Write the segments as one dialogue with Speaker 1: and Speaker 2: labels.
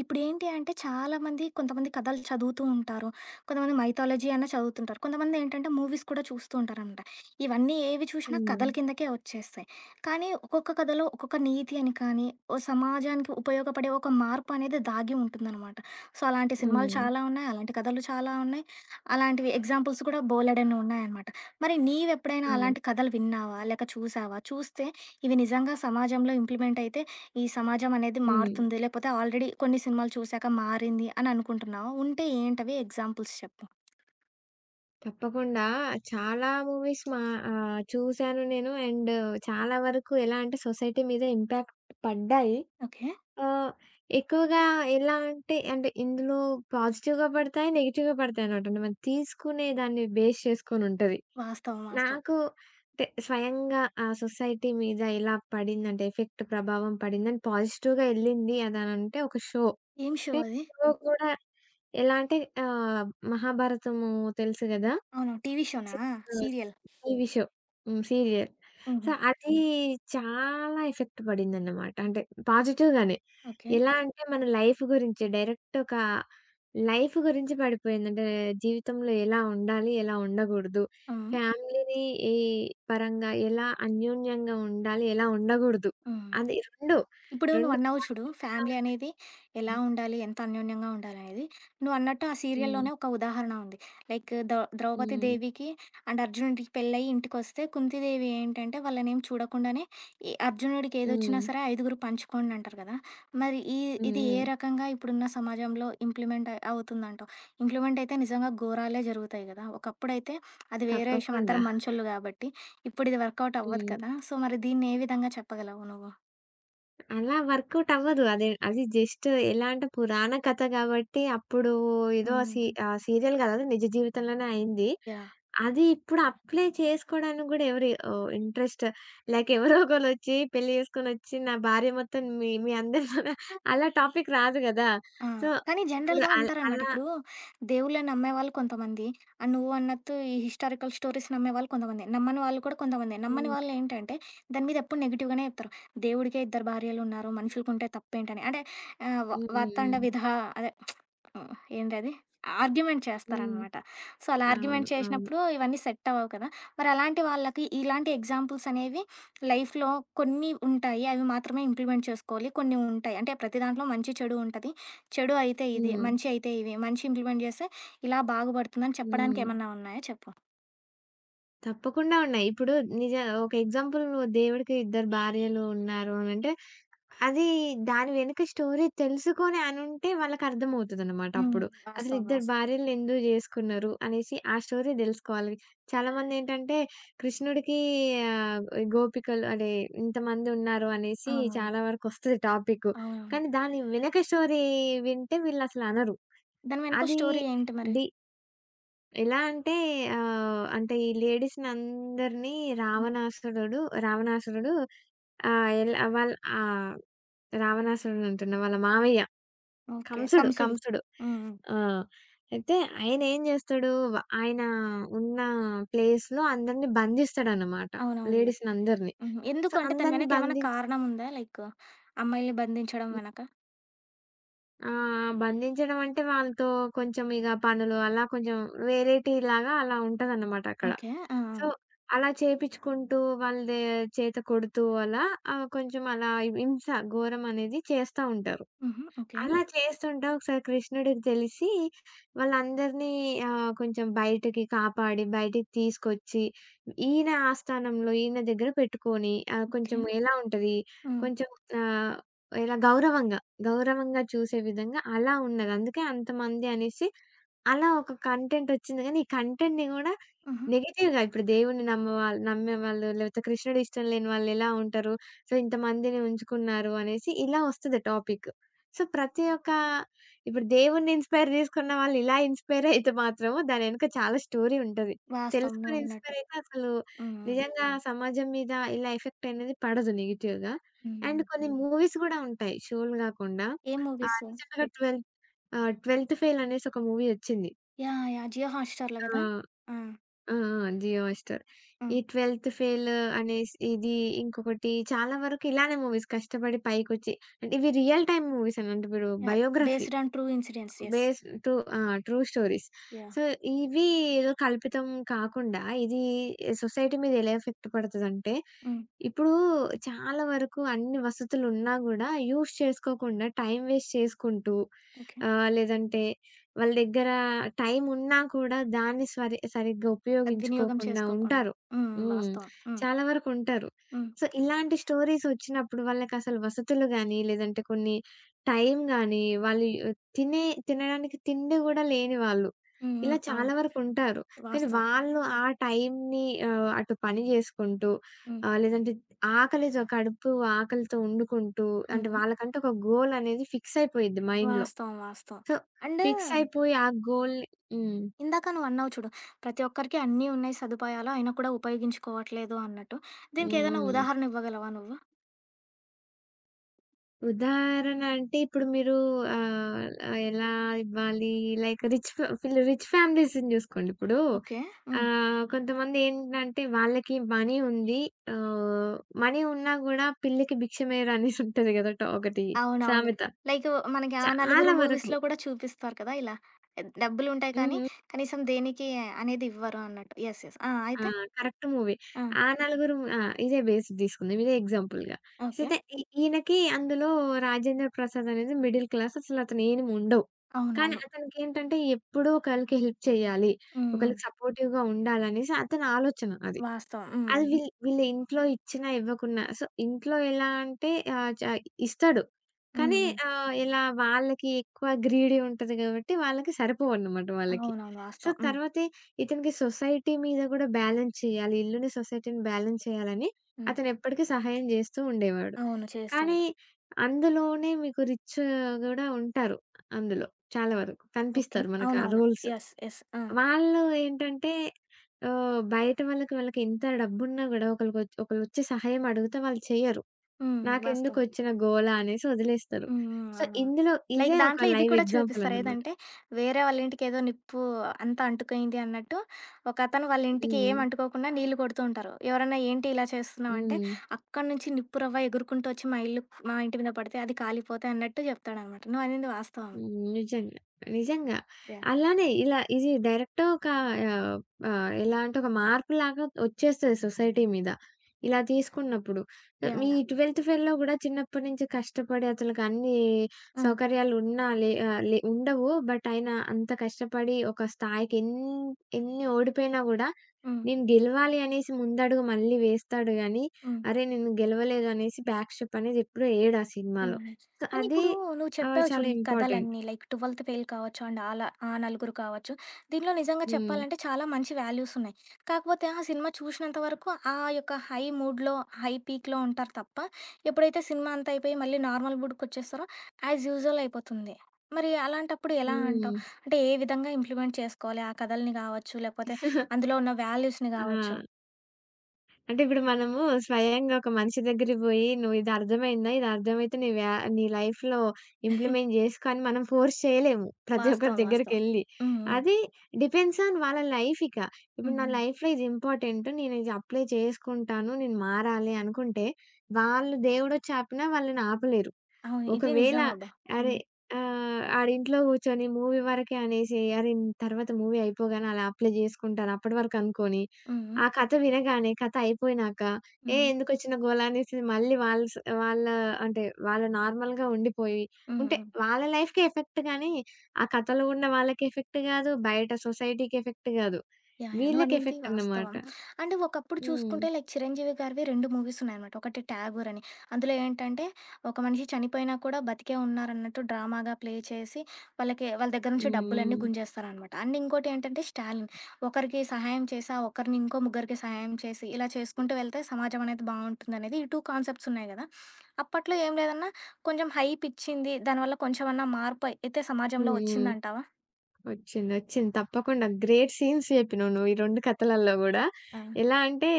Speaker 1: ఇప్పుడేంటి అంటే చాలామంది కొంతమంది కథలు చదువుతూ ఉంటారు. కొంతమంది మైథాలజీ అన్నా చదువుతుంటారు. కొంతమందేంటంటే మూవీస్ కూడా చూస్తూ ఉంటారనమాట. ఇవన్నీ ఏవి చూషినా
Speaker 2: హ్మ్.
Speaker 1: కథల కిందకే వచ్చేస్తాయి. కానీ ఒక్కొక్క కథలో ఒక్కొక్క నీతి అని కానీ, ఓ సమాజానికి ఉపయోగపడే ఒక మార్పు అనేది దాగి ఉంటుందనమాట. సో, అలాంటి సినిమాలు
Speaker 2: హ్మ్.
Speaker 1: చాలా ఉన్నాయి. అలాంటి కథలు చాలా ఉన్నాయి. అలాంటివి ఎగ్జాంపుల్స్ కూడా బోలెడన్ని ఉన్నాయనమాట. మరి నీవెప్పుడైనా
Speaker 2: అవును.
Speaker 1: అలాంటి కథలు విన్నావా? లేక చూసావా? చూస్తే ఇవి నిజంగా సమాజంలో ఇంప్లిమెంట్ అయితే ఈ సమాజం అనేది
Speaker 2: హ్మ్.
Speaker 1: మారుతుంది, లేకపోతే ఆల్రెడీ కొన్ని సినిమాలు చూసాక మారింది అని అనుకుంటున్నావా? ఉంటే ఏంటవి ఎగ్జాంపుల్స్ చెప్పు.
Speaker 2: తప్పకుండా చాలా మూవీస్ చూసాను నేను. అండ్ చాలా వరకు ఎలా అంటే సొసైటీ మీద ఇంపాక్ట్ పడ్డాయి.
Speaker 1: ఓకే.
Speaker 2: ఆహ్, ఎక్కువగా ఎలా అంటే, ఇందులో పాజిటివ్‌గా పడతాయి, నెగెటివ్‌గా పడతాయనమాట. మనం తీసుకునే దాన్ని బేస్ చేసుకొని ఉంటది.
Speaker 1: వాస్తవం. వాస్తవం.
Speaker 2: నాకు అంటే స్వయంగా ఆ సొసైటీ మీద ఎలా పడిందంటే ఎఫెక్ట్ ప్రభావం పడిందని పాజిటివ్‌గా ఎళ్ళింది అదనంటే ఒక షో.
Speaker 1: ఏం షో
Speaker 2: అంటే
Speaker 1: అది?
Speaker 2: ఇందులో కూడా ఎలా అంటే ఆహ్, 'మహాభారతము' తెలుసు గదా!
Speaker 1: అవును. టీవీ షోనా?
Speaker 2: సి ఆహ్,
Speaker 1: సీరియల్.
Speaker 2: TV show. హ్మ్. సీరియల్.
Speaker 1: హుహు.
Speaker 2: సో, అది చాలా ఎఫెక్ట్ పడిందన్నమాట. అంటే పాజిటివ్‌గానే.
Speaker 1: ఓకే.
Speaker 2: ఎలా అంటే మన లైఫ్ గురించి డైరెక్ట్ ఒక లైఫ్ గురించి పడిపోయింది. అంటే జీవితంలో ఎలా ఉండాలి? ఎలా ఉండగూడదు?
Speaker 1: హ్మ్.
Speaker 2: ఫ్యామిలీని ఈ పరంగా ఎలా అన్యోన్యంగా ఉండాలి? ఎలా ఉండగూడదు?
Speaker 1: హ్మ్.
Speaker 2: అది 2,
Speaker 1: ఇప్పుడు
Speaker 2: 2
Speaker 1: నువ్వన్నావు చూడు,
Speaker 2: పాజిటివ్‌గా
Speaker 1: ఫ్యామిలీ
Speaker 2: ఉండాలి.
Speaker 1: అనేది ఎలా ఉండాలి, ఎంత అన్యోన్యంగా ఉండాలనేది. నువ్వన్నట్టు ఆ
Speaker 2: హ్మ్.
Speaker 1: సీరియల్‌లోనే ఒక ఉదాహరణ ఉంది. లైక్ ద్రౌపది
Speaker 2: హ్మ్.
Speaker 1: దేవికి అండ్ అర్జునుడికి పెళ్ళయి ఇంటికొస్తే కుంతీదేవి ఏంటంటే వాళ్ళనేమి చూడకుండానే ఈ అర్జునుడికి
Speaker 2: హ్మ్.
Speaker 1: ఏదొచ్చినా
Speaker 2: హ్మ్.
Speaker 1: సరే ఐదుగురు పంచుకోండి అంటారు కదా! మరి ఇది ఏ
Speaker 2: హ్మ్.
Speaker 1: రకంగా ఇప్పుడున్న సమాజంలో ఇంప్లిమెంట్ అవుతుందంటావు? ఇంప్లిమెంట్ అయితే నిజంగా ఘోరాలే జరుగుతాయి కదా! ఒకప్పుడైతే అది వేరే విషయం
Speaker 2: తప్పకుండా.
Speaker 1: అందరం మంచోళ్ళు కాబట్టి. ఇప్పుడు ఇది వర్కౌట్ అవ్వదు
Speaker 2: హ్మ్.
Speaker 1: కదా! సో, మరి దీన్ని ఏ విధంగా చెప్పగలవు నువ్వు?
Speaker 2: అలా వర్కౌట్ అవ్వదు. అదే అది జస్ట్ ఎలా అంటే పురాణ కథ కాబట్టి అప్పుడు
Speaker 1: హ్మ్.
Speaker 2: సీరియల్ కాదు అది నిజ జీవితంలోనే అయింది.
Speaker 1: యాహ్!
Speaker 2: అది ఇప్పుడు అప్లై చేసుకోవడానికి గూడా ఎవరు ఇంట్రెస్ట్ లైక్ ఎవరో ఒకళ్ళొచ్చి పెళ్లి చేసుకొనొచ్చి నా భార్య మొత్తం మీ మీ అందరితోనే అలా టాపిక్ రాదు గదా!
Speaker 1: ఆ!
Speaker 2: సో,
Speaker 1: కానీ
Speaker 2: ఇప్పుడు
Speaker 1: జనరల్‌గా అంటారనమాట.
Speaker 2: అలా
Speaker 1: ఇప్పుడు దేవుళ్ళని నమ్మేవాళ్ళు కొంతమంది. అండ్ నువ్వు అన్నట్టు ఈ హిస్టారికల్ స్టోరీస్ నమ్మేవాళ్ళు కొంతమంది. నమ్మని వాళ్ళు కూడా కొంతమంది. నమ్మని
Speaker 2: హ్మ్.
Speaker 1: వాళ్ళు ఏంటంటే దాని మీద ఎప్పుడు నెగెటివ్‌గానే చెప్తారు. దేవుడికే ఇద్దరు భార్యలున్నారు. మనుషులకుంటే తప్పేంటని. అంటే ఆహ్, వ
Speaker 2: హ్మ్.
Speaker 1: వర్తండ విధ
Speaker 2: హ్మ్.
Speaker 1: అదే హ్మ్. ఏంటది? ఆర్గ్యుమెంట్
Speaker 2: హ్మ్.
Speaker 1: చేస్తారనమాట. సో, అలా
Speaker 2: హ్మ్.
Speaker 1: ఆర్గ్యుమెంట్
Speaker 2: అవును. అవును.
Speaker 1: చేసినప్పుడు ఇవన్నీ సెట్ అవ్వవు కదా! మరి అలాంటి వాళ్ళకి ఇలాంటి ఎగ్జాంపుల్స్ అనేవి లైఫ్‌లో కొన్ని ఉంటాయి. అవి మాత్రమే ఇంప్లిమెంట్ చేసుకోవాలి. కొన్ని ఉంటాయి. అంటే ప్రతి దాంట్లో మంచి, చెడు ఉంటది. చెడు అయితే ఇది,
Speaker 2: హ్మ్.
Speaker 1: మంచి అయితే ఇవి. మంచి ఇంప్లిమెంట్ చేస్తే ఇలా బాగుపడుతుందని చెప్పడానికి
Speaker 2: హ్మ్.
Speaker 1: ఏమన్నా ఉన్నాయా చెప్పు?
Speaker 2: తప్పకుండా ఉన్నాయి. ఇప్పుడు నిజ ఒక ఎగ్జాంపుల్ నువ్వు దేవుడికి ఇద్దరు భార్యలు ఉన్నారు అనంటే, అది దాని వెనుక స్టోరీ తెలుసుకొని అనుంటే వాళ్ళకర్థమవుతదనమాట
Speaker 1: హ్మ్.
Speaker 2: అప్పుడు. అసలు
Speaker 1: వాస్తవం.
Speaker 2: ఇద్దరు
Speaker 1: వాస్తవం.
Speaker 2: భార్యలను ఎందుకు జేసుకున్నారు అనేసి ఆ స్టోరీ దెలుసుకోవాలి. చాలామందేంటంటే కృష్ణుడికి ఆహ్, గోపికలు అదే ఇంతమందున్నారు అనేసి
Speaker 1: అవునవును.
Speaker 2: చాలా వరకొస్తది టాపిక్కు.
Speaker 1: అవునవును.
Speaker 2: కానీ దాని వెనక స్టోరీ వింటే వీళ్ళసలనరు.
Speaker 1: దాని వెనక
Speaker 2: అది
Speaker 1: స్టోరీ ఏంటి మరి?
Speaker 2: డి ఎలా అంటే అంటే ఈ లేడీస్‌నందరిని
Speaker 1: హ్మ్.
Speaker 2: రావణాసురుడు రావణాసురుడు ఆహ్, ఎల్ వాళ్ళ ఆహ్, రావణాసురుడు అంటున్నా. వాళ్ళ మావయ్య
Speaker 1: ఓకే.
Speaker 2: కంసుడు,
Speaker 1: కంసుడు.
Speaker 2: కంసుడు.
Speaker 1: హ్మ్. హ్మ్.
Speaker 2: ఆ! అయితే ఆయనేం జేస్తాడు, వ ఆయన ఉన్న ప్లేస్‌లో అందరిని బంధిస్తాడనమాట.
Speaker 1: అవునవునులే.
Speaker 2: లేడీస్‌నందరిని.
Speaker 1: హుహు.
Speaker 2: సో,
Speaker 1: ఎందుకు? అంటే దాని
Speaker 2: అందరిని
Speaker 1: వెనక ఏమైనా
Speaker 2: బంధించి
Speaker 1: కారణం ఉందా? లైక్ అమ్మాయిల్ని బంధించడం వెనక?
Speaker 2: ఆ! బంధించడం అంటే వాళ్ళతో కొంచెం ఇగ పనులు అలా కొంచెం వేరైటీలాగా అలా ఉంటదన్నమాట అక్కడ.
Speaker 1: ఓకే. ఆ! ఆ!
Speaker 2: సో, అలా చేపిచ్చుకుంటూ వాళ్ళ దే చేత కొడుతూ అలా కొంచెం అలా హింస, ఘోరం అనేది చేస్తా ఉంటారు.
Speaker 1: హుహు. ఓకే.
Speaker 2: అలా చేస్తుంటా ఒకసారి కృష్ణుడికి తెలిసి వాళ్ళందరినీ కొంచెం బయటకి కాపాడి, బయటికి తీసుకొచ్చి, ఈయన ఆస్థానంలో ఈయన దగ్గర పెట్టుకొని
Speaker 1: ఓకే.
Speaker 2: కొంచెం ఎలా ఉంటది
Speaker 1: హ్మ్.
Speaker 2: కొంచెం ఆహ్, ఇలా గౌరవంగా చూసే విధంగా అలా ఉన్నది. అందుకే అంతమంది అనేసి అలా ఒక కంటెంట్ వచ్చింది. కానీ ఈ కంటెంట్‌ని గూడా
Speaker 1: హుహు.
Speaker 2: నెగెటివ్‌గా ఇప్పుడు దేవుడిని నమ్మేవాళ్ళు లేకపోతే కృష్ణుడు ఇష్టం లేని వాళ్ళు ఎలా ఉంటారు? సో ఇంతమందిని ఉంచుకున్నారు అనేసి ఇలా వస్తది టాపిక్. సో, ప్రతి ఒక్క ఇప్పుడు దేవుడిని ఇన్‌స్పైర్ జేసుకున్న వాళ్ళు ఇలా ఇన్‌స్పైర్ అయితే మాత్రం దాని వెనక చాలా స్టోరీ ఉంటది.
Speaker 1: వాస్తవం
Speaker 2: తెలుసుకొని
Speaker 1: నువ్వన్నట్టు.
Speaker 2: ఇన్‌స్పైర్ అయితే అసలు
Speaker 1: హ్మ్. హ్మ్.
Speaker 2: నిజంగా సమాజం మీద ఇలా ఎఫెక్ట్ అనేది పడదు నెగెటివ్‌గా.
Speaker 1: హ్మ్.
Speaker 2: అండ్ కొన్ని మూవీస్ గూడా ఉంటాయి షోలు గాకుండా.
Speaker 1: ఏ మూవీస్?
Speaker 2: రీసెంట్‌గా 'ట్వెల్త్ ఫెయిల్' అనేసి ఒక మూవీ వచ్చింది.
Speaker 1: యాహ్! యాహ్! జియో హాట్‌స్టార్‌లో గదా!
Speaker 2: ఆహ్,
Speaker 1: ఆ!
Speaker 2: ఆ! ఆ! జియో హాట్‌స్టార్. ఈ
Speaker 1: హ్మ్.
Speaker 2: 'ట్వెల్త్ ఫెయిల్' అనేసి ఇది ఇంకొకటి చాలా వరకు ఇలానే మూవీస్ కష్టపడి పైకొచ్చి అంటే ఇవి రియల్ టైమ్ మూవీస్ అన్నట్టు ఇప్పుడు
Speaker 1: yeah!
Speaker 2: Biography.
Speaker 1: Based on true incidents. Yes.
Speaker 2: Base true ఆ! True stories.
Speaker 1: యాహ్!
Speaker 2: సో, ఇవి ఏదో కల్పితం కాకుండా ఇది సొసైటీ మీద ఎలా ఎఫెక్ట్ పడతదంటే,
Speaker 1: హ్మ్.
Speaker 2: ఇప్పుడు చాలా వరకు అన్ని వసతులున్నా గూడా యూజ్ చేసుకోకుండా టైమ్ వేస్ట్ చేసుకుంటూ
Speaker 1: ఓకే.
Speaker 2: లేదంటే వాళ్ళ దగ్గర టైం ఉన్నా కూడా దాన్ని సరిగ్గా
Speaker 1: సద్వినియోగం
Speaker 2: ఉపయోగించుకోకుండా
Speaker 1: చేసుకోకుండా.
Speaker 2: ఉంటారు.
Speaker 1: హ్మ్.
Speaker 2: హ్మ్.
Speaker 1: వాస్తవం. హ్మ్.
Speaker 2: చాలా వరకు ఉంటారు.
Speaker 1: హ్మ్.
Speaker 2: సో, ఇలాంటి స్టోరీస్ ఒచ్చినప్పుడు వాళ్ళకసలు వసతులు గాని, లేదంటే కొన్ని టైం గాని, వాళ్ళు తినడానికి తిండి గూడా లేని వాళ్ళు.
Speaker 1: హ్మ్. హ్మ్.
Speaker 2: ఇలా
Speaker 1: అవును.
Speaker 2: చాలా వరకుంటారు. కానీ
Speaker 1: వాస్తవం.
Speaker 2: వాళ్ళు ఆ టైంని అటు పని జేసుకుంటూ
Speaker 1: హ్మ్.
Speaker 2: లేదంటే ఆకలితో కడుపు ఆకలితో వండుకుంటూ అంటే
Speaker 1: హ్మ్.
Speaker 2: వాళ్ళకంటే ఒక గోల్ అనేది ఫిక్స్ అయిపోయిద్ది మైండ్‌లో.
Speaker 1: వాస్తవం. వాస్తవం.
Speaker 2: సో,
Speaker 1: అండ్
Speaker 2: ఫిక్స్ అయిపోయి ఆ గోల్‌ని హ్మ్.
Speaker 1: ఇందాక నువ్వన్నావు చూడు, ప్రతి ఒక్కరికి అన్నీ ఉన్నాయి సదుపాయాలు, అయినా కూడా ఉపయోగించుకోవట్లేదు అన్నట్టు. దీనికి ఏదైనా
Speaker 2: హ్మ్. హ్మ్.
Speaker 1: ఉదాహరణ ఇవ్వగలవా నువ్వు?
Speaker 2: ఉదాహరణ అంటే ఇప్పుడు మీరు ఆహ్, ఆహ్, ఎలా ఇవ్వాలి? లైక్ రిచ్ ఫ ఫిల్ రిచ్ ఫ్యామిలీస్‌ని జూసుకోండి. ఇప్పుడు
Speaker 1: ఓకే. హ్మ్.
Speaker 2: కొంతమంది ఏంటంటే వాళ్ళకి మనీ ఉంది. ఆహ్, మనీ ఉన్నా గూడా పిల్లికి భిక్షమేయరు అనేసి ఉంటది గదా! ఒకటి
Speaker 1: అవునవునులే.
Speaker 2: సామెత.
Speaker 1: లైకు మనకి ఆ నలుగురు
Speaker 2: చాలా వరకు.
Speaker 1: మూవీస్‌లో కూడా చూపిస్తారు కదా! ఇలా డబ్బులుంటాయి కానీ,
Speaker 2: హ్మ్.
Speaker 1: కనీసం దేనికి అనేది ఇవ్వరు అన్నట్టు. యెస్. యెస్. ఆ!
Speaker 2: ఆ!
Speaker 1: అయితే?
Speaker 2: Correct movie.
Speaker 1: ఆ!
Speaker 2: ఆ నలుగురు ఆ! ఇదే బేస్డ్ తీసుకుందాం. ఇదే ఎగ్జాంపుల్‌గా. So,
Speaker 1: okay.
Speaker 2: అయితే ఈయనకి అందులో రాజేంద్ర ప్రసాద్ అనేది మిడిల్ క్లాస్. అసలు అతను ఏమి ఉండవు. కానీ
Speaker 1: అవునవును.
Speaker 2: అతనికేంటంటే ఎప్పుడూ ఒకళ్ళకి హెల్ప్ చేయాలి.
Speaker 1: హ్మ్. హ్మ్.
Speaker 2: ఒకళ్ళకి సపోర్టివ్‌గా ఉండాలనేసి అతని ఆలోచన అది.
Speaker 1: వాస్తవం. హ్మ్.
Speaker 2: అది
Speaker 1: హ్మ్.
Speaker 2: వీళ్ళ ఇంట్లో ఇచ్చినా ఇవ్వకున్నా. సో, ఇంట్లో ఎలా అంటే ఆహ్, చ ఇస్తాడు.
Speaker 1: హ్మ్.
Speaker 2: కానీ
Speaker 1: హ్మ్.
Speaker 2: ఇలా వాళ్ళకి ఎక్కువ గ్రీడీ ఉంటది కాబట్టి వాళ్ళకి సరిపోవన్నమాట వాళ్ళకి.
Speaker 1: అవునవును.
Speaker 2: సో,
Speaker 1: వాస్తవం. హ్మ్.
Speaker 2: తర్వాతే ఇతనికి సొసైటీ మీద గూడా బ్యాలెన్స్ చేయాలి. ఇల్లుని, సొసైటీని బ్యాలెన్స్ చేయాలని
Speaker 1: హ్మ్.
Speaker 2: అతనెప్పటికీ సహాయం జేస్తూ ఉండేవాడు.
Speaker 1: అవును.
Speaker 2: కానీ
Speaker 1: చేస్తాడు.
Speaker 2: అందులోనే మీకు రిచ్ గూడా ఉంటారు అందులో చాలా వరకు.
Speaker 1: ఓకే.
Speaker 2: కనిపిస్తారు మనకు ఆ
Speaker 1: అవునవును.
Speaker 2: రోల్స్.
Speaker 1: యెస్. యెస్. ఆ!
Speaker 2: వాళ్ళు ఏంటంటే బయట వాళ్ళకి వాళ్ళకి ఎంత డబ్బున్నా గూడా ఒకళ్ళొచ్చి సహాయం అడిగితే వాళ్ళు చెయ్యరు.
Speaker 1: హ్మ్. వాస్తవం.
Speaker 2: నాకెందుకొచ్చిన గోల అనేసి వదిలేస్తారు.
Speaker 1: హ్మ్. హ్మ్.
Speaker 2: సో,
Speaker 1: అవునవును.
Speaker 2: ఇందులో
Speaker 1: లైక్
Speaker 2: ఇదే ఒక
Speaker 1: దాంట్లో ఇది
Speaker 2: లైవ్
Speaker 1: కూడా
Speaker 2: ఎగ్జాంపుల్
Speaker 1: చూపిస్తారు.
Speaker 2: అన్నమాట.
Speaker 1: ఏదంటే వేరే వాళ్ళ ఇంటికి ఏదో నిప్పు అంతా అంటుకయింది అన్నట్టు ఒకతను వాళ్ళ ఇంటికి
Speaker 2: హ్మ్.
Speaker 1: ఏం అంటుకోకుండా నీళ్లు కొడుతూ ఉంటారు. ఎవరైనా ఏంటి ఇలా చేస్తున్నావు అంటే
Speaker 2: హ్మ్.
Speaker 1: అక్కడి నుంచి నిప్పు రవ్వ ఎగురుకుంటూ వచ్చి మా ఇంటి మీద పడితే అది కాలిపోతే అన్నట్టు చెప్తాడనమాట. నువ్వనింది వాస్తవమే.
Speaker 2: హ్మ్. నిజంగా. నిజంగా.
Speaker 1: యాహ్!
Speaker 2: అలానే ఇలా ఇది డైరెక్ట్ ఒక ఆహ్, ఆహ్, ఎలా అంటే ఒక మార్పులాగా వచ్చేస్తది సొసైటీ మీద. ఇలా తీసుకున్నప్పుడు.
Speaker 1: యాహ్!
Speaker 2: మీ
Speaker 1: యాహ్!
Speaker 2: 12థ్ ఫెయిల్‌లో గూడా చిన్నప్పటి నుంచి కష్టపడి అసలుకి అన్ని
Speaker 1: హ్మ్.
Speaker 2: సౌకర్యాలు ఉన్నా లే ఆహ్, లే ఉండవు. బట్ అయినా అంత కష్టపడి ఒక స్థాయికి ఎన్ని ఓడిపోయినా గూడా
Speaker 1: హ్మ్.
Speaker 2: నేను గెలవాలి అనేసి ముందడుగు మళ్ళీ వేస్తాడు గానీ,
Speaker 1: హ్మ్.
Speaker 2: అరే! నేను గెలవలేదు అనేసి బ్యాక్ స్టెప్ అనేది ఎప్పుడు ఎయడు ఆ సినిమాలో.
Speaker 1: యాహ్!
Speaker 2: సో,
Speaker 1: కానీ
Speaker 2: అది
Speaker 1: ఇప్పుడు నువ్వు చెప్పావు చూడు,
Speaker 2: చాలా
Speaker 1: ఈ
Speaker 2: ఇంపార్టెంట్.
Speaker 1: కథలన్నీ లైక్ 12థ్ ఫెయిల్ కావచ్చు అండ్ ఆల ఆ నలుగురు కావచ్చు. దీనిలో నిజంగా
Speaker 2: హ్మ్.
Speaker 1: చెప్పాలంటే చాలా మంచి వాల్యూస్ ఉన్నాయి. కాకపోతే ఆ సినిమా చూసినంత వరకు ఆ యొక్క హై మూడ్‌లో, హై పీక్‌లో ఉంటారు తప్ప, ఎప్పుడైతే సినిమా అంతా అయిపోయి మళ్ళీ నార్మల్ మూడ్‌కొచ్చేస్తారో యాజ్ యూజువల్ అయిపోతుంది. మరి అలాంటప్పుడు ఎలా అంటావు?
Speaker 2: హ్మ్.
Speaker 1: అంటే ఏ విధంగా ఇంప్లిమెంట్ చేసుకోవాలి? ఆ కథలని గావచ్చు, లేకపోతే అందులో ఉన్న వాల్యూస్‌ని గావచ్చు.
Speaker 2: ఆ! అంటే ఇప్పుడు మనము స్వయంగా ఒక మనిషి దగ్గరికి బోయి, "నువ్వు ఇది అర్థమైందా? ఇది అర్థమైతే నీ లైఫ్‌లో ఇంప్లిమెంట్ జేసుకో" అని మనం ఫోర్స్ చేయలేము. ప్రతి ఒక్కరి
Speaker 1: వాస్తవం. వాస్తవం.
Speaker 2: దగ్గరికెళ్ళి.
Speaker 1: హ్మ్. హ్మ్.
Speaker 2: అది డిపెండ్స్ ఆన్ వాళ్ళ లైఫ్ ఇక. ఇప్పుడు
Speaker 1: హ్మ్.
Speaker 2: నా
Speaker 1: హ్మ్.
Speaker 2: లైఫ్‌లో ఇది ఇంపార్టెంట్. నేను ఇది అప్లై చేసుకుంటాను. నేను మారాలి అనుకుంటే, వాళ్ళు దేవుడొచ్చి ఆపినా వాళ్ళని ఆపలేరు.
Speaker 1: అవును. ఇది
Speaker 2: ఒకవేళ
Speaker 1: నిజం అబ్బా!
Speaker 2: అరే
Speaker 1: హ్మ్.
Speaker 2: ఆడింట్లో కూర్చొని మూవీ వరకే అనేసి, అరే! ఇన్ తర్వాత మూవీ అయిపోగానే అలా అప్లై జేసుకుంటాను అప్పటి వరకు అనుకోని,
Speaker 1: హ్మ్. హ్మ్.
Speaker 2: ఆ కథ వినగానే కథ అయిపోయినాక,
Speaker 1: హ్మ్.
Speaker 2: ఎందుకొచ్చిన గోల అనేసి మళ్ళీ వాళ్ళ అంటే వాళ్ళు నార్మల్‌గా ఉండిపోయి,
Speaker 1: హ్మ్.
Speaker 2: ఉంటే
Speaker 1: హ్మ్.
Speaker 2: వాళ్ళ లైఫ్‌కే ఎఫెక్ట్ గానీ, ఆ కథలో ఉన్న వాళ్ళకి ఎఫెక్ట్ గాదు, బయట సొసైటీకి ఎఫెక్ట్ గాదు.
Speaker 1: యాహ్! యాహ్!
Speaker 2: వీళ్ళకి
Speaker 1: నువ్వనింది
Speaker 2: ఎఫెక్ట్
Speaker 1: వాస్తవం.
Speaker 2: అన్నమాట.
Speaker 1: అంటే ఒకప్పుడు
Speaker 2: హ్మ్.
Speaker 1: చూసుకుంటే లైక్ 'చిరంజీవి' గారివి 2 మూవీస్ ఉన్నాయనమాట. ఒకటి 'ఠాగూర్' అని. అందులో ఏంటంటే ఒక మనిషి చనిపోయినా కూడా బతికే ఉన్నారన్నట్టు డ్రామాగా ప్లే చేసి వాళ్ళకి వాళ్ళ దగ్గర నుంచి
Speaker 2: హ్మ్.
Speaker 1: డబ్బులన్నీ
Speaker 2: హ్మ్.
Speaker 1: గుంజేస్తారనమాట. అండ్ ఇంకోటి ఏంటంటే 'స్టాలిన్' ఒకరికి సహాయం చేసి, ఆ ఒకరిని ఇంకో ముగ్గురికి సహాయం చేసి ఇలా చేసుకుంటూ వెళ్తే సమాజం అనేది బావుంటుందనేది ఈ 2 కాన్సెప్ట్స్ ఉన్నాయి గదా! అప్పట్లో ఏం లేదన్నా కొంచెం హైప్ ఇచ్చింది. దానివల్ల కొంచెమన్నా మార్పు అయితే సమాజంలో
Speaker 2: హ్మ్. హ్మ్.
Speaker 1: వచ్చిందంటావా?
Speaker 2: ఒచ్చింది. ఒచ్చింది. తప్పకుండా గ్రేట్ సీన్స్ జెప్పినవు నువ్వు ఈ 2 కథలల్లో గూడా.
Speaker 1: ఆ!
Speaker 2: ఎలా అంటే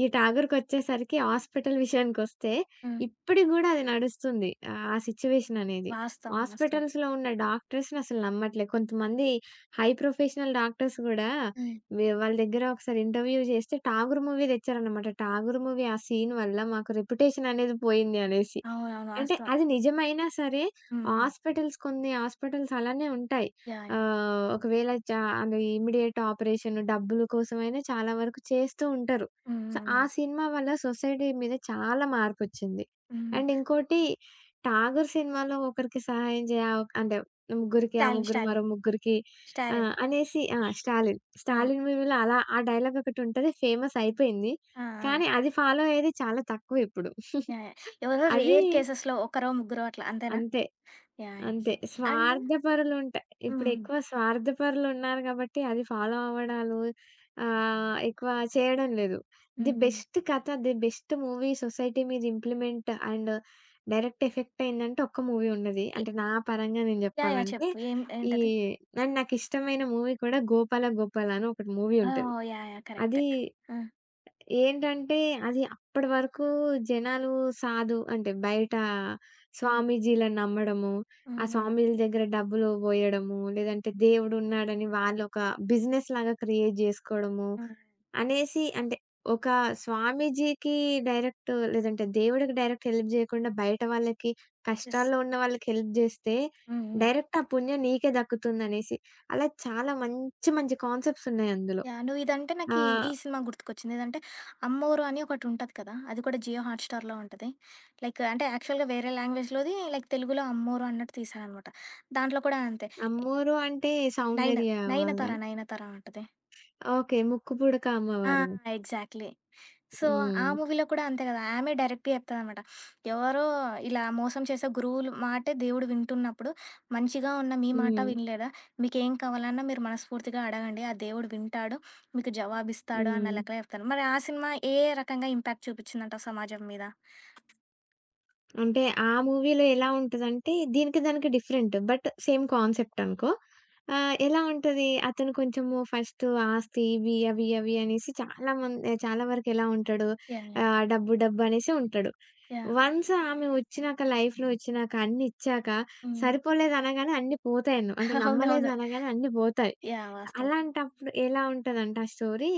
Speaker 2: ఈ 'ఠాగూర్'కొచ్చేసరికి హాస్పిటల్ విషయానికొస్తే
Speaker 1: హ్మ్.
Speaker 2: ఇప్పటికి గూడా అది నడుస్తుంది. ఆ సిట్యుయేషన్ అనేది.
Speaker 1: వాస్తవం. వాస్తవం.
Speaker 2: హాస్పిటల్స్‌లో ఉన్న డాక్టర్స్‌ని అసలు నమ్మట్లే. కొంతమంది హై ప్రొఫెషనల్ డాక్టర్స్ గూడా
Speaker 1: హ్మ్.
Speaker 2: వాళ్ళ దగ్గర ఒకసారి ఇంటర్వ్యూ జేస్తే 'ఠాగూర్' మూవీ దెచ్చారనమాట. 'ఠాగూర్' మూవీ ఆ సీన్ వల్ల మాకు రెప్యుటేషన్ అనేది పోయింది అనేసి.
Speaker 1: అవునవును.
Speaker 2: అంటే
Speaker 1: వాస్తవం.
Speaker 2: అది నిజమైనా సరే
Speaker 1: హ్మ్. హ్మ్.
Speaker 2: హాస్పిటల్స్ హాస్పిటల్స్ అలానే ఉంటాయి.
Speaker 1: యాహ్! యాహ్!
Speaker 2: ఒకవేళ అది ఇమ్మీడియేట్ ఆపరేషన్ డబ్బుల కోసమైనా చాలా వరకు చేస్తూ ఉంటారు.
Speaker 1: హ్మ్.
Speaker 2: సో,
Speaker 1: హ్మ్.
Speaker 2: ఆ
Speaker 1: హ్మ్.
Speaker 2: సినిమా వల్ల సొసైటీ మీద చాలా మార్పొచ్చింది. అండ్
Speaker 1: హ్మ్.
Speaker 2: ఇంకోటి 'ఠాగూర్' సినిమాలో ఒకరికి సహాయం చేయ అంటే ముగ్గురికి, ఆ
Speaker 1: స్టాలిన్.
Speaker 2: ముగ్గురు
Speaker 1: స్టాలిన్.
Speaker 2: మరో ముగ్గురికి
Speaker 1: స్టాలిన్.
Speaker 2: అనేసి ఆ! 'స్టాలిన్'.
Speaker 1: ఆ!
Speaker 2: 'స్టాలిన్' మూవీలో అలా ఆ డైలాగ్ ఒకటుంటది ఫేమస్ అయిపోయింది.
Speaker 1: ఆ! ఆ!
Speaker 2: కానీ అది ఫాలో అయ్యేది చాలా తక్కువ ఇప్పుడు.
Speaker 1: యాహ్! యాహ్! ఎవరో
Speaker 2: అది
Speaker 1: రేర్ కేసెస్‌లో ఒకరో, ముగ్గురో అట్లా అంతేనా?
Speaker 2: అంతే.
Speaker 1: యాహ్! యాహ్!
Speaker 2: అంతే.
Speaker 1: అండ్ హ్మ్.
Speaker 2: ఇప్పుడెక్కువ స్వార్థపరులున్నారు గాబట్టి అది ఫాలో అవ్వడాలు ఎక్కువ చేయడం లేదు.
Speaker 1: హ్మ్.
Speaker 2: ది
Speaker 1: హ్మ్.
Speaker 2: బెస్ట్ కథ, ది బెస్ట్ మూవీ సొసైటీ మీద ఇంప్లిమెంట్ అండ్ డైరెక్ట్ ఎఫెక్ట్ అయిందంటే ఒక్క మూవీ ఉన్నది.
Speaker 1: ఎ
Speaker 2: అంటే నా పరంగా నేను
Speaker 1: యాహ్! యాహ్!
Speaker 2: జెప్పాలంటే
Speaker 1: చెప్పు. ఏం
Speaker 2: ఈ
Speaker 1: ఏంటది?
Speaker 2: అండ్ నాకిష్టమైన మూవీ కూడా 'గోపాల గోపాల' అని ఒకటి మూవీ ఉంటది.
Speaker 1: ఓహ్! యాహ్! యాహ్! కరెక్టే.
Speaker 2: అది
Speaker 1: ఆ!
Speaker 2: ఏంటంటే, అది అప్పటి వరకు జనాలు సాధు అంటే బయట
Speaker 1: హ్మ్.
Speaker 2: స్వామీజీలను నమ్మడము,
Speaker 1: హ్మ్.
Speaker 2: ఆ
Speaker 1: హ్మ్.
Speaker 2: స్వామీజీల దగ్గర డబ్బులు పోయడము, లేదంటే దేవుడున్నాడని వాళ్ళొక బిజినెస్‌లాగా క్రియేట్ జేసుకోవడము,
Speaker 1: హ్మ్.
Speaker 2: అనేసి అంటే ఒక స్వామీజీకి డైరెక్ట్ లేదంటే దేవుడికి డైరెక్ట్ హెల్ప్ జేయకుండా బయట వాళ్ళకి,
Speaker 1: యెస్.
Speaker 2: కష్టాల్లో ఉన్న వాళ్ళకి హెల్ప్ జేస్తే,
Speaker 1: హ్మ్. హ్మ్.
Speaker 2: డైరెక్ట్ ఆ పుణ్యం నీకే దక్కుతుందనేసి. అలా చాలా మంచి మంచి కాన్సెప్ట్స్ ఉన్నాయి అందులో.
Speaker 1: యాహ్! నువ్వు ఇదంటే
Speaker 2: ఆ!
Speaker 1: నాకీ ఈ ఈ సినిమా గుర్తుకొచ్చింది. ఏదంటే 'అమ్మోరు' అని ఒకటుంటది కదా! అది కూడా జియో హాట్‌స్టార్‌లో ఉంటది. లైక్ అంటే యాక్చువల్‌గా వేరే లాంగ్వేజ్‌లోది లైక్ తెలుగులో 'అమ్మోరు' అన్నట్టు తీశారనమాట. దాంట్లో కూడా అంతే.
Speaker 2: అమ్మోరు అంటే
Speaker 1: నయన
Speaker 2: సౌందర్య
Speaker 1: 'నయనతార,
Speaker 2: వాళ్ళదా?
Speaker 1: నయనతార' ఉంటది.
Speaker 2: ఓకే. 'ముక్కుపుడక
Speaker 1: ఆ!
Speaker 2: అమ్మవారు.'
Speaker 1: ఎగ్జాక్ట్‌లీ. సో, ఆ
Speaker 2: హ్మ్.
Speaker 1: మూవీలో కూడా అంతే కదా! ఆమె డైరెక్ట్‌గా చెప్తదనమాట. ఎవరో ఇలా మోసం చేసే గురువులు మాటే దేవుడు వింటున్నప్పుడు, మంచిగా ఉన్న మీ మాట
Speaker 2: హ్మ్.
Speaker 1: వినలేదా? మీకేం కావాలన్నా మీరు మనస్ఫూర్తిగా అడగండి. ఆ దేవుడు వింటాడు. మీకు జవాబిస్తాడు అన్న
Speaker 2: హ్మ్.
Speaker 1: లెక్కలో చెప్తారు. మరి ఆ సినిమా ఏ రకంగా ఇంపాక్ట్ చూపిచ్చిందంటావు సమాజం మీద?
Speaker 2: అంటే ఆ మూవీలో ఎలా ఉంటదంటే దీనికి దానికి డిఫరెంట్. బట్ సేమ్ కాన్సెప్ట్ అనుకో. ఎలా ఉంటది? అతను కొంచెము ఫస్ట్ ఆస్తి ఇవి అవి అవి అనేసి చాలా మంది చాలా వరకు ఎలా ఉంటాడు?
Speaker 1: యాహ్! యాహ్!
Speaker 2: డబ్బు డబ్బు అనేసి ఉంటాడు.
Speaker 1: యాహ్!
Speaker 2: వన్స్ ఆమె లైఫ్‌లో ఒచ్చినాక అన్ని ఇచ్చాక,
Speaker 1: హ్మ్.
Speaker 2: సరిపోలేదనగానే అన్నీ పోతాయను. అంటే
Speaker 1: అవునవును.
Speaker 2: నమ్మలేదనగానే అన్నీ బోతాయి.
Speaker 1: యాహ్! వాస్తవం.
Speaker 2: అలాంటప్పుడు ఎలా ఉంటదంటే ఆ స్టోరీ,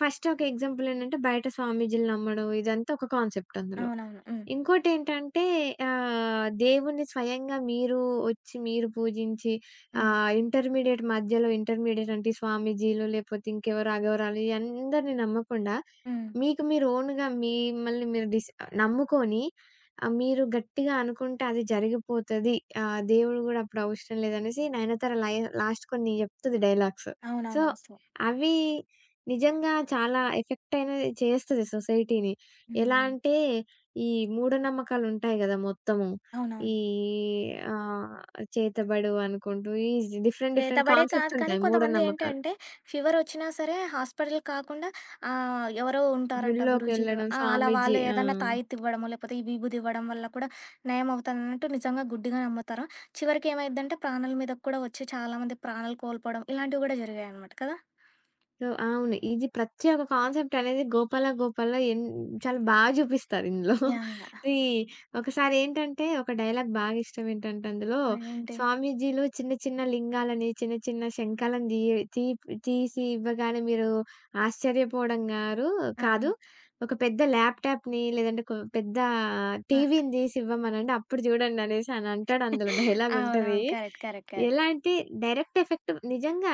Speaker 2: ఫస్ట్ ఒక ఎగ్జాంపుల్ ఏంటంటే బయట స్వామీజీలు నమ్మడం ఇదంతా ఒక కాన్సెప్ట్ అందులో.
Speaker 1: అవునవును. హ్మ్.
Speaker 2: ఇంకోటేంటంటే దేవుణ్ణి స్వయంగా ఒచ్చి మీరు పూజించి
Speaker 1: హ్మ్.
Speaker 2: ఆహ్, ఇంటర్మీడియేట్ మధ్యలో ఇంటర్మీడియేట్ అంటే ఈ స్వామీజీలు లేపోతే ఇంకెవరో అఘోరాలు ఈ అందరిని నమ్మకుండా,
Speaker 1: హ్మ్.
Speaker 2: మీకు మీరు ఓన్‌గా మిమ్మల్ని మీరు నమ్ముకొని మీరు గట్టిగా అనుకుంటే అది జరిగిపోతది. దేవుడు గూడా అప్పుడు అవసరం లేదనేసి 'నయనతార' లాస్ట్ కొన్ని జెప్తది డైలాగ్స్. సో,
Speaker 1: అవునవును. వాస్తవం.
Speaker 2: అవి నిజంగా చాలా ఎఫెక్ట్ అనేది చేస్తది సొసైటీని.
Speaker 1: హ్మ్.
Speaker 2: ఎలా
Speaker 1: హ్మ్.
Speaker 2: అంటే ఈ మూఢనమ్మకాలుంటాయి గదా! మొత్తము. ఈ
Speaker 1: అవునవును.
Speaker 2: ఆహ్, చేతబడు అనుకుంటూ ఈ డిఫరెంట్ డిఫరెంట్
Speaker 1: చేతబడే కాదు
Speaker 2: కాన్సెప్ట్స్
Speaker 1: కానీ
Speaker 2: ఉంటాయి
Speaker 1: కొంతమంది
Speaker 2: మూఢనమ్మకాలు.
Speaker 1: ఏంటంటే ఫీవరొచ్చినా సరే హాస్పిటల్ కాకుండా ఎవరో ఉంటారంట గురూజీలు.
Speaker 2: గుడిలోకెళ్ళడం
Speaker 1: ఆ! అలా
Speaker 2: స్వామీజీ
Speaker 1: వాళ్ళు
Speaker 2: ఆ!
Speaker 1: ఏదన్నా తాయెత్తివ్వడమో, లేపోతే ఈ విభూదివ్వడం వల్ల కూడా నయమవుతాదన్నట్టు నిజంగా గుడ్డిగా నమ్ముతారు. చివరికి ఏమైద్దంటే ప్రాణాల మీదకి కూడా వచ్చి చాలామంది ప్రాణాలు కోల్పోవడం ఇలాంటివి గూడా జరిగాయనమాట కదా!
Speaker 2: సో అవును. ఇది ప్రతి ఒక్క కాన్సెప్ట్ అనేది గోపాల గోపాల చాలా బాగా చూపిస్తారు ఇందులో.
Speaker 1: యాహ్! యాహ్!
Speaker 2: ఇది ఒకసారేంటంటే ఒక డైలాగ్ బాగా ఇష్టం ఏంటంటే అందులో
Speaker 1: అదేంటి
Speaker 2: స్వామీజీలు చిన్న చిన్న లింగాలని, చిన్న చిన్న శంఖాలను తీయ తీ తీసి ఇవ్వగానే మీరు ఆశ్చర్యపోవడం గారు
Speaker 1: ఆ!
Speaker 2: కాదు. ఒక పెద్ద ల్యాప్‌టాప్‌ని లేదంటే ఒక పెద్ద
Speaker 1: ఆ!
Speaker 2: టీవీని తీసి ఇవ్వమనండి అప్పుడు చూడండి అనేసి అనంటాడు అందులో డైలాగ్ ఉంటది.
Speaker 1: అవునవును. కరెక్ట్. కరెక్ట్.
Speaker 2: ఎలా
Speaker 1: కరెక్ట్.
Speaker 2: అంటే డైరెక్ట్ ఎఫెక్ట్ నిజంగా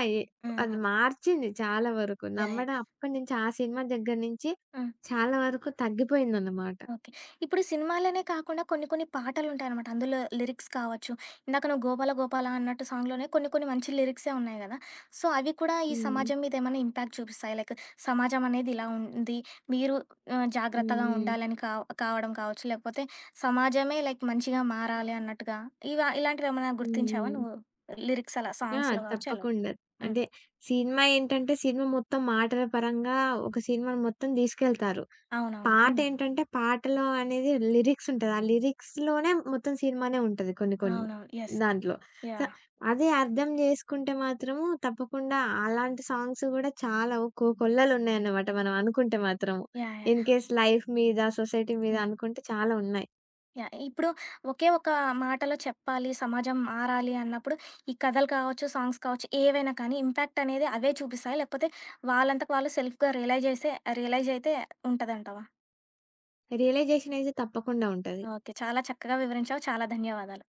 Speaker 1: ఆ!
Speaker 2: అది
Speaker 1: ఆ!
Speaker 2: మార్చింది చాలా వరకు.
Speaker 1: యాహ్! యాహ్!
Speaker 2: నమ్మడం అప్పటి నుంచి ఆ సినిమా దగ్గర నుంచి
Speaker 1: ఆ!
Speaker 2: చాలా వరకు తగ్గిపోయిందన్నమాట.
Speaker 1: ఓకే. ఇప్పుడు సినిమాలనే కాకుండా కొన్ని కొన్ని పాటలుంటాయనమాట. అందులో లిరిక్స్ కావచ్చు. ఇందాక నువ్వు 'గోపాల గోపాల' అన్నట్టు సాంగ్‌లోనే కొన్ని కొన్ని మంచి లిరిక్సే ఉన్నాయి గదా! సో, అవి కూడా ఈ
Speaker 2: హ్మ్.
Speaker 1: సమాజం మీద ఏమైనా ఇంపాక్ట్ చూపిస్తాయి. లైక్ సమాజం అనేది ఇలా ఉంది. మీరు జాగ్రత్తగా
Speaker 2: హ్మ్.
Speaker 1: ఉండాలని కావడం కావచ్చు. లేకపోతే సమాజమే లైక్ మంచిగా మారాలి అన్నట్టుగా ఇలాంటివేమైనా
Speaker 2: హ్మ్.
Speaker 1: గుర్తించావా
Speaker 2: హ్మ్.
Speaker 1: నువ్వు? లిరిక్స్ అలా
Speaker 2: ఆ!
Speaker 1: సాంగ్స్‌లో గావచ్చు అలా.
Speaker 2: తప్పకుండా.
Speaker 1: హ్మ్.
Speaker 2: అంటే సినిమా ఏంటంటే సినిమా మొత్తం మాటల పరంగా ఒక సినిమాని మొత్తం తీసుకెళ్తారు.
Speaker 1: అవునవును.
Speaker 2: పాట
Speaker 1: హ్మ్.
Speaker 2: ఏంటంటే పాటలో అనేది లిరిక్స్ ఉంటది. ఆ లిరిక్స్‌లోనే మొత్తం సినిమానే ఉంటది కొన్ని కొన్ని
Speaker 1: అవునవును. యెస్.
Speaker 2: దాంట్లో. So,
Speaker 1: yeah!
Speaker 2: అదే అర్థం చేసుకుంటే మాత్రము తప్పకుండా అలాంటి సాంగ్స్ గూడా చాలా కొల్లలున్నాయన్నమాట మనం అనుకుంటే మాత్రము.
Speaker 1: యాహ్! యాహ్!
Speaker 2: ఇన్‌కేస్ లైఫ్ మీద, సొసైటీ మీద
Speaker 1: హ్మ్.
Speaker 2: అనుకుంటే చాలా ఉన్నాయి.
Speaker 1: యాహ్! ఇప్పుడు ఒకే ఒక మాటలో చెప్పాలి, సమాజం మారాలి అన్నప్పుడు ఈ కథలు కావచ్చు, సాంగ్స్ కావచ్చు ఏవైనా కానీ ఇంపాక్ట్ అనేది అవే చూపిస్తాయా? లేకపోతే వాళ్ళంతక వాళ్ళు సెల్ఫ్‌గా రియలైజ్ అయితే ఉంటదంటావా?
Speaker 2: రియలైజేషన్ అయితే తప్పకుండా ఉంటది.
Speaker 1: ఓకే. చాలా చక్కగా వివరించావు. చాలా ధన్యవాదాలు.